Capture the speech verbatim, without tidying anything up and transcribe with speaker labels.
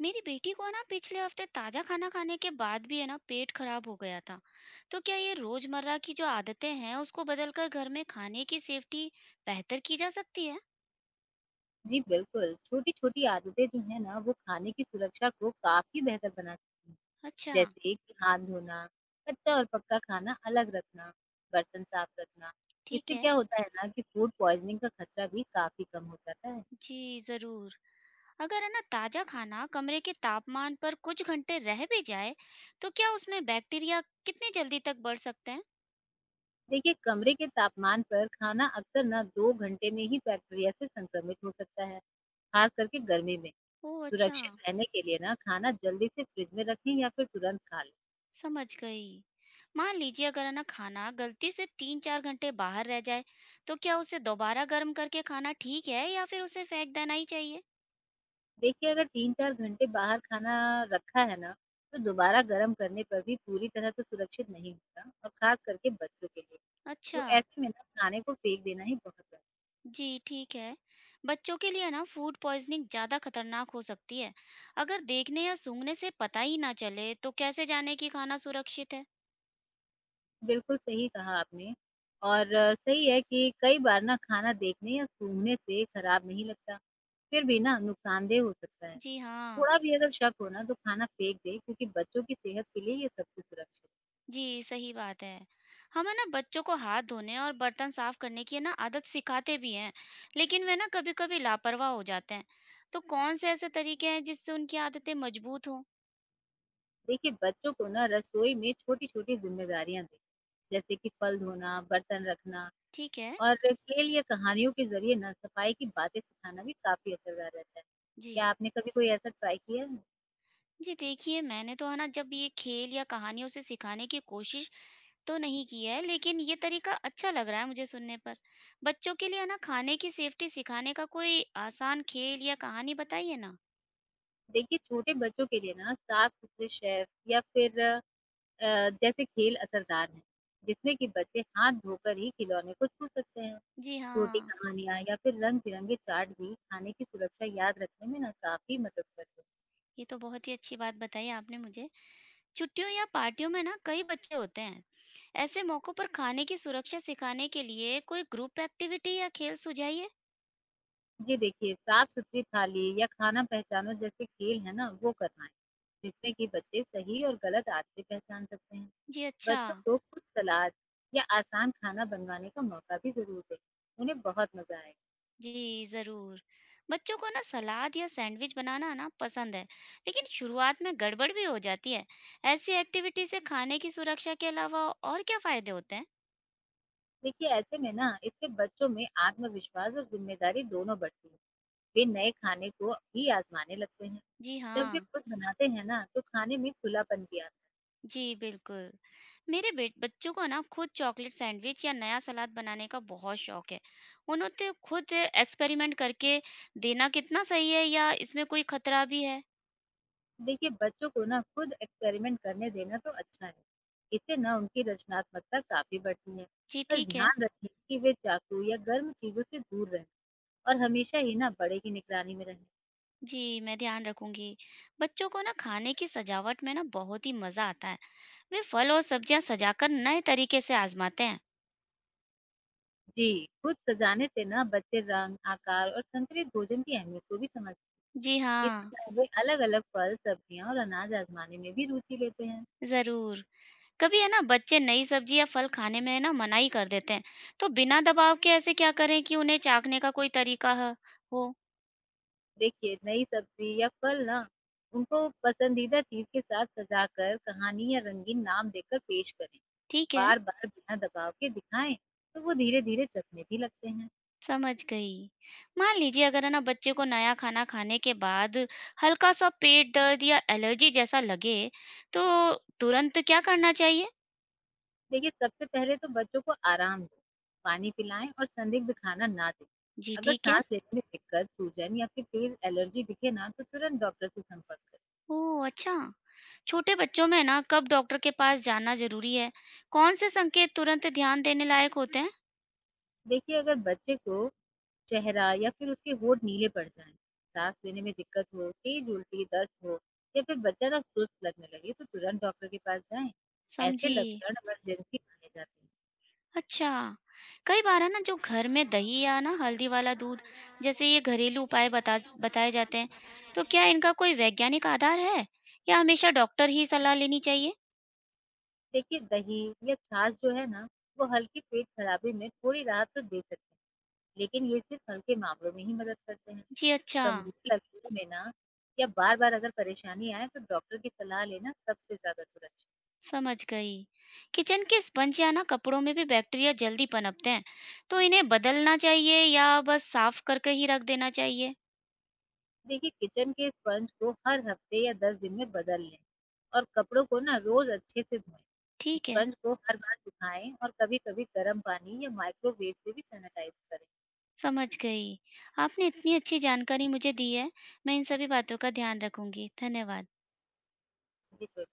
Speaker 1: मेरी बेटी को ना पिछले हफ्ते ताजा खाना खाने के बाद भी है ना पेट खराब हो गया था। तो क्या ये रोजमर्रा की जो आदतें हैं उसको बदलकर घर में खाने की सेफ्टी बेहतर की जा सकती है।
Speaker 2: जी, बिल्कुल। छोटी-छोटी आदतें जो हैं ना, वो खाने की सुरक्षा को काफ़ी बेहतर बना सकती हैं।
Speaker 1: अच्छा।
Speaker 2: जैसे कि हाथ धोना, कच्चा और पक्का खाना अलग रखना, बर्तन साफ रखना।
Speaker 1: ठीक
Speaker 2: इससे
Speaker 1: है।
Speaker 2: क्या होता है ना कि फूड पॉइज़निंग का खतरा भी काफ़ी कम हो जाता है।
Speaker 1: जी जरूर। अगर है ना ताजा खाना कमरे के तापमान पर कुछ घंटे रह भी जाए, तो क्या उसमें बैक्टीरिया कितनी जल्दी तक बढ़ सकते हैं।
Speaker 2: देखिए, कमरे के तापमान पर खाना अक्सर ना दो घंटे में ही बैक्टीरिया से संक्रमित हो सकता है, खास करके गर्मी में।
Speaker 1: ओह अच्छा।
Speaker 2: सुरक्षित रहने के लिए ना खाना जल्दी से फ्रिज में रखें या फिर तुरंत खा लें।
Speaker 1: समझ गई। मान लीजिए अगर है ना खाना गलती से तीन चार घंटे बाहर रह जाए, तो क्या उसे दोबारा गर्म करके खाना ठीक है या फिर उसे फेंक देना ही चाहिए।
Speaker 2: देखिए, अगर तीन चार घंटे बाहर खाना रखा है ना, तो दोबारा गर्म करने पर भी पूरी तरह तो सुरक्षित नहीं होता और ख़ास करके बच्चों के लिए। तो
Speaker 1: अच्छा।
Speaker 2: ऐसे में ना खाने को फेंक देना ही बहुत बेहतर
Speaker 1: जी ठीक है। बच्चों के लिए ना फूड पॉइजनिंग ज्यादा खतरनाक हो सकती है। अगर देखने या सूंघने से पता ही ना चले तो कैसे जाने कि खाना सुरक्षित है।
Speaker 2: है। बिल्कुल सही कहा आपने और अ, सही है कि कई बार ना खाना देखने या सूंघने से ख़राब नहीं लगता, फिर भी ना नुकसानदेह हो सकता है।
Speaker 1: जी हाँ।
Speaker 2: थोड़ा भी अगर शक हो ना तो खाना फेंक दें क्योंकि बच्चों की सेहत के लिए ये सबसे सुरक्षित है।
Speaker 1: जी, सही बात है। हम है ना बच्चों को हाथ धोने और बर्तन साफ करने की है ना आदत सिखाते भी हैं, लेकिन वे ना कभी-कभी लापरवाह हो जाते हैं। तो कौन से ऐसे तरीके हैं जिससे उनकी आदतें मजबूत हों?
Speaker 2: देखिए, बच्चों को ना रसोई में छोटी-छोटी ज़िम्मेदारियाँ दें, जैसे कि फल धोना, बर्तन रखना
Speaker 1: ठीक है।
Speaker 2: और खेल या कहानियों के ज़रिए ना सफाई की बातें सिखाना भी काफ़ी असरदार रहता है।
Speaker 1: जी।
Speaker 2: क्या आपने कभी कोई ऐसा ट्राई किया है?
Speaker 1: जी देखिए, मैंने तो है ना जब ये खेल या कहानियों से सिखाने की कोशिश तो नहीं की है, लेकिन ये तरीका अच्छा लग रहा है मुझे सुनने पर। बच्चों के लिए है ना खाने की सेफ्टी सिखाने का कोई आसान खेल या कहानी बताइए ना।
Speaker 2: देखिए, छोटे बच्चों के लिए ना साफ-सुथरे शेफ या फिर अ, जैसे खेल असरदार हैं, जिसमें कि बच्चे हाथ धोकर ही खिलौने को छू सकते हैं।
Speaker 1: जी
Speaker 2: छोटी
Speaker 1: हाँ।
Speaker 2: कहानियाँ या फिर रंग-बिरंगे चार्ट भी खाने की सुरक्षा याद रखने में ना काफ़ी मदद करते हैं।
Speaker 1: ये तो बहुत ही अच्छी बात बताई आपने मुझे। छुट्टियों या पार्टियों में ना कई बच्चे होते हैं। ऐसे मौकों पर खाने की सुरक्षा सिखाने के लिए कोई ग्रुप एक्टिविटी या खेल सुझाइए।
Speaker 2: जी देखिए, साफ-सुथरी थाली या खाना पहचानो जैसे खेल है ना, वो करवाएँ, जिसमें कि बच्चे सही और गलत आदतें पहचान सकते हैं।
Speaker 1: जी अच्छा।
Speaker 2: बच्चों को खुद सलाद या आसान खाना बनवाने का मौका भी ज़रूर दें, उन्हें बहुत मज़ा आएगा।
Speaker 1: जी जरूर। बच्चों को ना सलाद या सैंडविच बनाना ना पसंद है, लेकिन शुरुआत में गड़बड़ भी हो जाती है। ऐसी एक्टिविटी से खाने की सुरक्षा के अलावा और क्या फायदे होते हैं।
Speaker 2: देखिए, ऐसे में ना इससे बच्चों में आत्मविश्वास और ज़िम्मेदारी दोनों बढ़ती है। वे नए खाने को भी आज़माने लगते हैं।
Speaker 1: जी
Speaker 2: जब वे
Speaker 1: हाँ।
Speaker 2: खुद बनाते हैं ना, तो खाने में खुलापन भी आता है।
Speaker 1: जी, बिल्कुल। मेरे बेट बच्चों को ना खुद चॉकलेट सैंडविच या नया सलाद बनाने का बहुत शौक है। उन्हें तो खुद एक्सपेरिमेंट करके देना कितना सही है या इसमें कोई खतरा भी है?
Speaker 2: देखिए बच्चों को ना खुद एक्सपेरिमेंट करने देना तो अच्छा है। इससे ना उनकी रचनात्मकता काफी बढ़ती है।
Speaker 1: जी,
Speaker 2: बस
Speaker 1: ठीक है।
Speaker 2: ध्यान रखें कि वे चाकू या गर्म चीजों से दूर रहें और हमेशा ही ना बड़े की निगरानी में रहें।
Speaker 1: जी, मैं ध्यान रखूँगी। बच्चों को ना खाने की सजावट में ना बहुत ही मज़ा आता है। वे फल और सब्जियाँ सजाकर नए तरीके से आज़माते हैं।
Speaker 2: जी। खुद सजाने से ना बच्चे रंग आकार और संतुलित भोजन की अहमियत को भी समझते
Speaker 1: जी
Speaker 2: हैं।
Speaker 1: हाँ।
Speaker 2: इस तरह वे अलग अलग फल सब्जियां और अनाज आजमाने में भी रुचि लेते हैं।
Speaker 1: ज़रूर। कभी है ना बच्चे नई सब्जी या फल खाने में है ना मना ही कर देते हैं, तो बिना दबाव के ऐसे क्या करें कि उन्हें चाखने का कोई तरीका ह- हो।
Speaker 2: देखिए नई सब्जी या फल ना उनको पसंदीदा चीज के साथ सजाकर कहानी या रंगीन नाम देकर पेश करें।
Speaker 1: ठीक है।
Speaker 2: बार-बार बिना दबाव के दिखाएँ, तो वो धीरे-धीरे जमने भी लगते हैं।
Speaker 1: समझ गई। मान लीजिए अगर है ना बच्चे को नया खाना खाने के बाद हल्का सा पेट दर्द या एलर्जी जैसा लगे, तो तुरंत क्या करना चाहिए।
Speaker 2: देखिए, सबसे पहले तो बच्चों को आराम दें, पानी पिलाएँ और संदिग्ध खाना ना दें।
Speaker 1: जी
Speaker 2: अगर
Speaker 1: ठीक है।
Speaker 2: साँस लेने में दिक्कत, सूजन या फिर तेज़ एलर्जी दिखे ना, तो तुरंत डॉक्टर से संपर्क करें।
Speaker 1: ओह अच्छा। छोटे बच्चों में ना कब डॉक्टर के पास जाना जरूरी है, कौन से संकेत तुरंत ध्यान देने लायक होते हैं।
Speaker 2: देखिए, अगर बच्चे को चेहरा या फिर उसके होंठ नीले पड़ जाएँ, साँस लेने में दिक्कत हो, तेज़ उल्टी, दस्त हो या फिर बच्चा ना सुस्त लगने लगे, तो तुरंत डॉक्टर के पास जाएँ। ऐसे
Speaker 1: समझी।
Speaker 2: लक्षण इमरजेंसी माने जाते हैं।
Speaker 1: अच्छा। कई बार है ना जो घर में दही या ना हल्दी वाला दूध जैसे ये घरेलू उपाय बता बताए जाते हैं, तो क्या इनका कोई वैज्ञानिक आधार है या हमेशा डॉक्टर ही सलाह लेनी चाहिए?
Speaker 2: देखिए दही या छाछ जो है ना वो हल्की पेट खराबी में थोड़ी राहत तो दे सकते हैं, लेकिन ये सिर्फ हल्के मामलों में ही मदद करते हैं।
Speaker 1: जी अच्छा।
Speaker 2: गंभीर लक्षणों में ना या बार बार अगर परेशानी आए तो डॉक्टर की सलाह लेना सबसे ज्यादा सुरक्षित।
Speaker 1: समझ गई। किचन के स्पंज या ना कपड़ों में भी बैक्टीरिया जल्दी पनपते हैं, तो इन्हें बदलना चाहिए या बस साफ करके ही रख देना चाहिए?
Speaker 2: देखिए किचन के स्पंज को हर हफ्ते या दस दिन में बदल लें और कपड़ों को ना रोज अच्छे से धोएं।
Speaker 1: ठीक है।
Speaker 2: स्पंज को हर बार सुखाएं और कभी कभी गर्म पानी या माइक्रोवेव से भी सैनिटाइज करें।
Speaker 1: समझ गई। आपने इतनी अच्छी जानकारी मुझे दी है, मैं इन सभी बातों का ध्यान रखूंगी। धन्यवाद।
Speaker 2: जी कोई